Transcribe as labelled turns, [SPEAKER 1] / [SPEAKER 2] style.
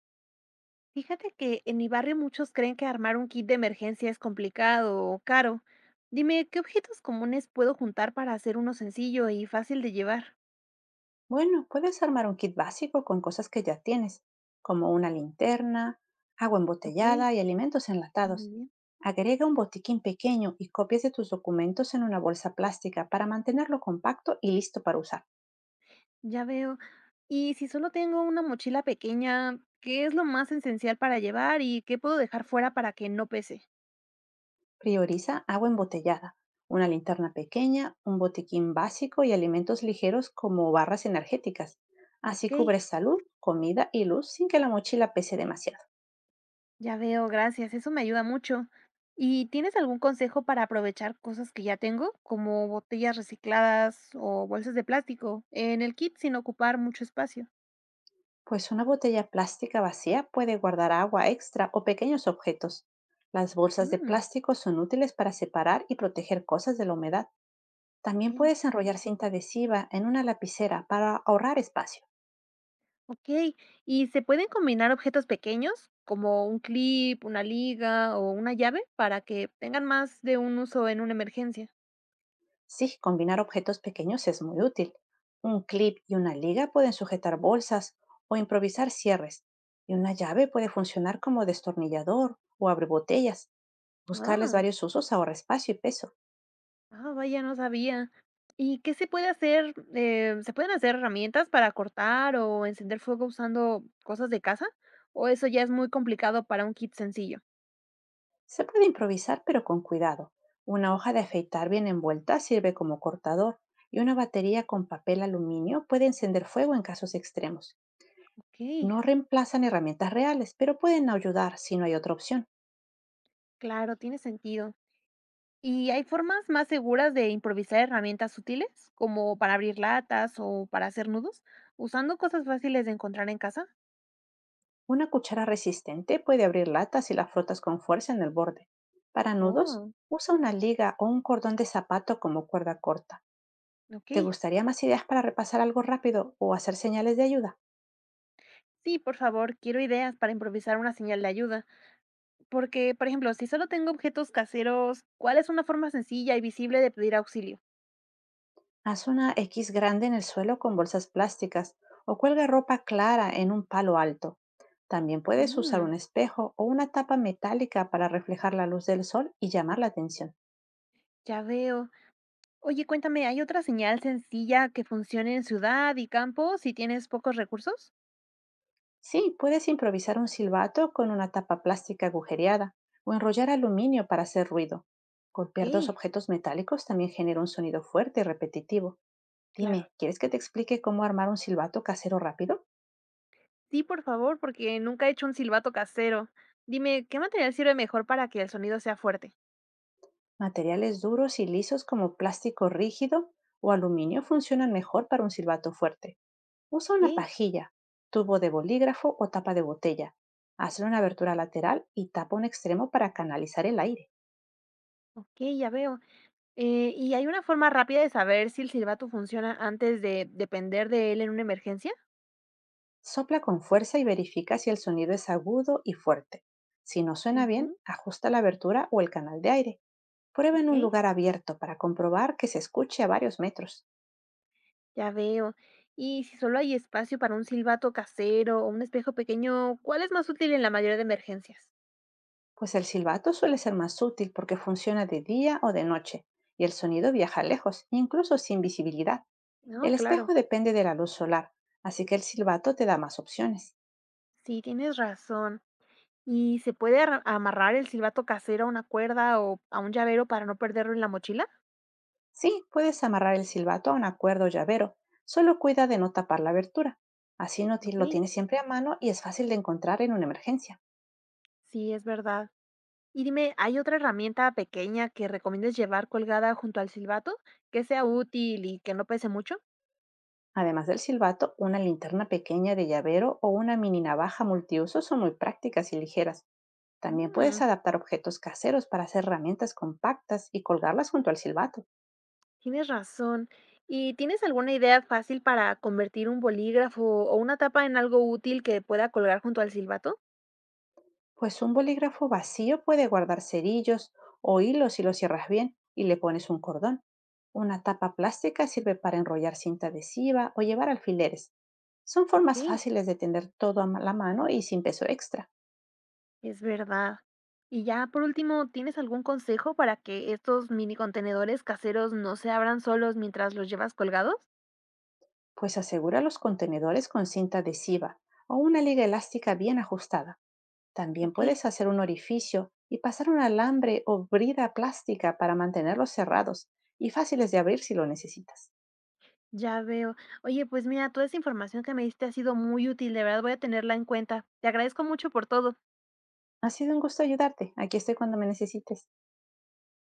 [SPEAKER 1] Fíjate que en mi barrio muchos creen que armar un kit de emergencia es complicado o caro. Dime, ¿qué objetos comunes puedo juntar para hacer uno sencillo y fácil de llevar?
[SPEAKER 2] Bueno, puedes armar un kit básico con cosas que ya tienes, como una linterna, agua
[SPEAKER 1] Ok,
[SPEAKER 2] embotellada y alimentos
[SPEAKER 1] muy
[SPEAKER 2] enlatados.
[SPEAKER 1] bien,
[SPEAKER 2] Agrega un botiquín pequeño y copias de tus documentos en una bolsa plástica para mantenerlo compacto y listo para usar.
[SPEAKER 1] ya veo. Y si solo tengo una mochila pequeña, ¿qué es lo más esencial para llevar y qué puedo dejar fuera para que no pese?
[SPEAKER 2] Prioriza agua embotellada, una linterna pequeña, un botiquín básico y alimentos ligeros como barras energéticas.
[SPEAKER 1] Ok,
[SPEAKER 2] Así cubres salud, comida y luz sin que la mochila pese demasiado.
[SPEAKER 1] ya veo, gracias, eso me ayuda mucho. ¿Y tienes algún consejo para aprovechar cosas que ya tengo, como botellas recicladas o bolsas de plástico, en el kit sin ocupar mucho espacio?
[SPEAKER 2] Pues una botella plástica vacía puede guardar agua extra o pequeños objetos. Las bolsas de
[SPEAKER 1] Mm,
[SPEAKER 2] plástico son útiles para separar y proteger cosas de la humedad. También
[SPEAKER 1] ok,
[SPEAKER 2] puedes enrollar cinta adhesiva en una lapicera para ahorrar espacio.
[SPEAKER 1] ok. ¿Y se pueden combinar objetos pequeños, como un clip, una liga o una llave, para que tengan más de un uso en una emergencia?
[SPEAKER 2] Sí, combinar objetos pequeños es muy útil. Un clip y una liga pueden sujetar bolsas o improvisar cierres. Y una llave puede funcionar como destornillador o abre botellas. Buscarles
[SPEAKER 1] Ah.
[SPEAKER 2] varios usos ahorra espacio y peso.
[SPEAKER 1] Ah, vaya, no sabía. ¿Y qué se puede hacer? ¿Se pueden hacer herramientas para cortar o encender fuego usando cosas de casa? ¿O eso ya es muy complicado para un kit sencillo?
[SPEAKER 2] Se puede improvisar pero con cuidado. Una hoja de afeitar bien envuelta sirve como cortador y una batería con papel aluminio puede encender fuego en casos extremos.
[SPEAKER 1] Ok,
[SPEAKER 2] No reemplazan herramientas reales, pero pueden ayudar si no hay otra opción.
[SPEAKER 1] claro, tiene sentido. ¿Y hay formas más seguras de improvisar herramientas útiles, como para abrir latas o para hacer nudos, usando cosas fáciles de encontrar en casa?
[SPEAKER 2] Una cuchara resistente puede abrir latas si la frotas con fuerza en el borde. Para nudos,
[SPEAKER 1] Oh,
[SPEAKER 2] usa una liga o un cordón de zapato como cuerda corta.
[SPEAKER 1] ok.
[SPEAKER 2] ¿Te gustaría más ideas para repasar algo rápido o hacer señales de ayuda?
[SPEAKER 1] Sí, por favor, quiero ideas para improvisar una señal de ayuda. Porque, por ejemplo, si solo tengo objetos caseros, ¿cuál es una forma sencilla y visible de pedir auxilio?
[SPEAKER 2] Haz una X grande en el suelo con bolsas plásticas o cuelga ropa clara en un palo alto. También puedes usar
[SPEAKER 1] Mm,
[SPEAKER 2] un espejo o una tapa metálica para reflejar la luz del sol y llamar la atención.
[SPEAKER 1] ya veo. Oye, cuéntame, ¿hay otra señal sencilla que funcione en ciudad y campo si tienes pocos recursos?
[SPEAKER 2] Sí, puedes improvisar un silbato con una tapa plástica agujereada o enrollar aluminio para hacer ruido.
[SPEAKER 1] Ok,
[SPEAKER 2] Golpear dos objetos metálicos también genera un sonido fuerte y repetitivo.
[SPEAKER 1] claro.
[SPEAKER 2] Dime, ¿quieres que te explique cómo armar un silbato casero rápido?
[SPEAKER 1] Sí, por favor, porque nunca he hecho un silbato casero. Dime, ¿qué material sirve mejor para que el sonido sea fuerte?
[SPEAKER 2] Materiales duros y lisos como plástico rígido o aluminio funcionan mejor para un silbato fuerte. Usa una
[SPEAKER 1] Ok,
[SPEAKER 2] pajilla, tubo de bolígrafo o tapa de botella. Hazle una abertura lateral y tapa un extremo para canalizar el aire.
[SPEAKER 1] ok, ya veo. ¿Y hay una forma rápida de saber si el silbato funciona antes de depender de él en una emergencia?
[SPEAKER 2] Sopla con fuerza y verifica si el sonido es agudo y fuerte. Si no suena
[SPEAKER 1] Ujú,
[SPEAKER 2] bien, ajusta la abertura o el canal de aire. Prueba en un
[SPEAKER 1] ok.
[SPEAKER 2] lugar abierto para comprobar que se escuche a varios metros.
[SPEAKER 1] Ya veo. Y si solo hay espacio para un silbato casero o un espejo pequeño, ¿cuál es más útil en la mayoría de emergencias?
[SPEAKER 2] Pues el silbato suele ser más útil porque funciona de día o de noche y el sonido viaja lejos, incluso sin visibilidad.
[SPEAKER 1] No,
[SPEAKER 2] El
[SPEAKER 1] claro.
[SPEAKER 2] espejo depende de la luz solar, así que el silbato te da más opciones.
[SPEAKER 1] Sí, tienes razón. ¿Y se puede amarrar el silbato casero a una cuerda o a un llavero para no perderlo en la mochila?
[SPEAKER 2] Sí, puedes amarrar el silbato a una cuerda o llavero, solo cuida de no tapar la abertura. Así no ti-
[SPEAKER 1] Ok,
[SPEAKER 2] lo tienes siempre a mano y es fácil de encontrar en una emergencia.
[SPEAKER 1] sí, es verdad. Y dime, ¿hay otra herramienta pequeña que recomiendes llevar colgada junto al silbato que sea útil y que no pese mucho?
[SPEAKER 2] Además del silbato, una linterna pequeña de llavero o una mini navaja multiuso son muy prácticas y ligeras. También puedes
[SPEAKER 1] Mm.
[SPEAKER 2] adaptar objetos caseros para hacer herramientas compactas y colgarlas junto al silbato.
[SPEAKER 1] Tienes razón. ¿Y tienes alguna idea fácil para convertir un bolígrafo o una tapa en algo útil que pueda colgar junto al silbato?
[SPEAKER 2] Pues un bolígrafo vacío puede guardar cerillos o hilos si lo cierras bien y le pones un cordón. Una tapa plástica sirve para enrollar cinta adhesiva o llevar alfileres. Son
[SPEAKER 1] Ok,
[SPEAKER 2] formas fáciles de tener todo a la mano y sin peso extra.
[SPEAKER 1] es verdad. Y ya por último, ¿tienes algún consejo para que estos mini contenedores caseros no se abran solos mientras los llevas colgados?
[SPEAKER 2] Pues asegura los contenedores con cinta adhesiva o una liga elástica bien ajustada. También
[SPEAKER 1] Ok,
[SPEAKER 2] puedes hacer un orificio y pasar un alambre o brida plástica para mantenerlos cerrados y fáciles de abrir si lo necesitas.
[SPEAKER 1] ya veo. Oye, pues mira, toda esa información que me diste ha sido muy útil, de verdad voy a tenerla en cuenta. Te agradezco mucho por todo.
[SPEAKER 2] Ha sido un gusto ayudarte. Aquí estoy cuando me necesites.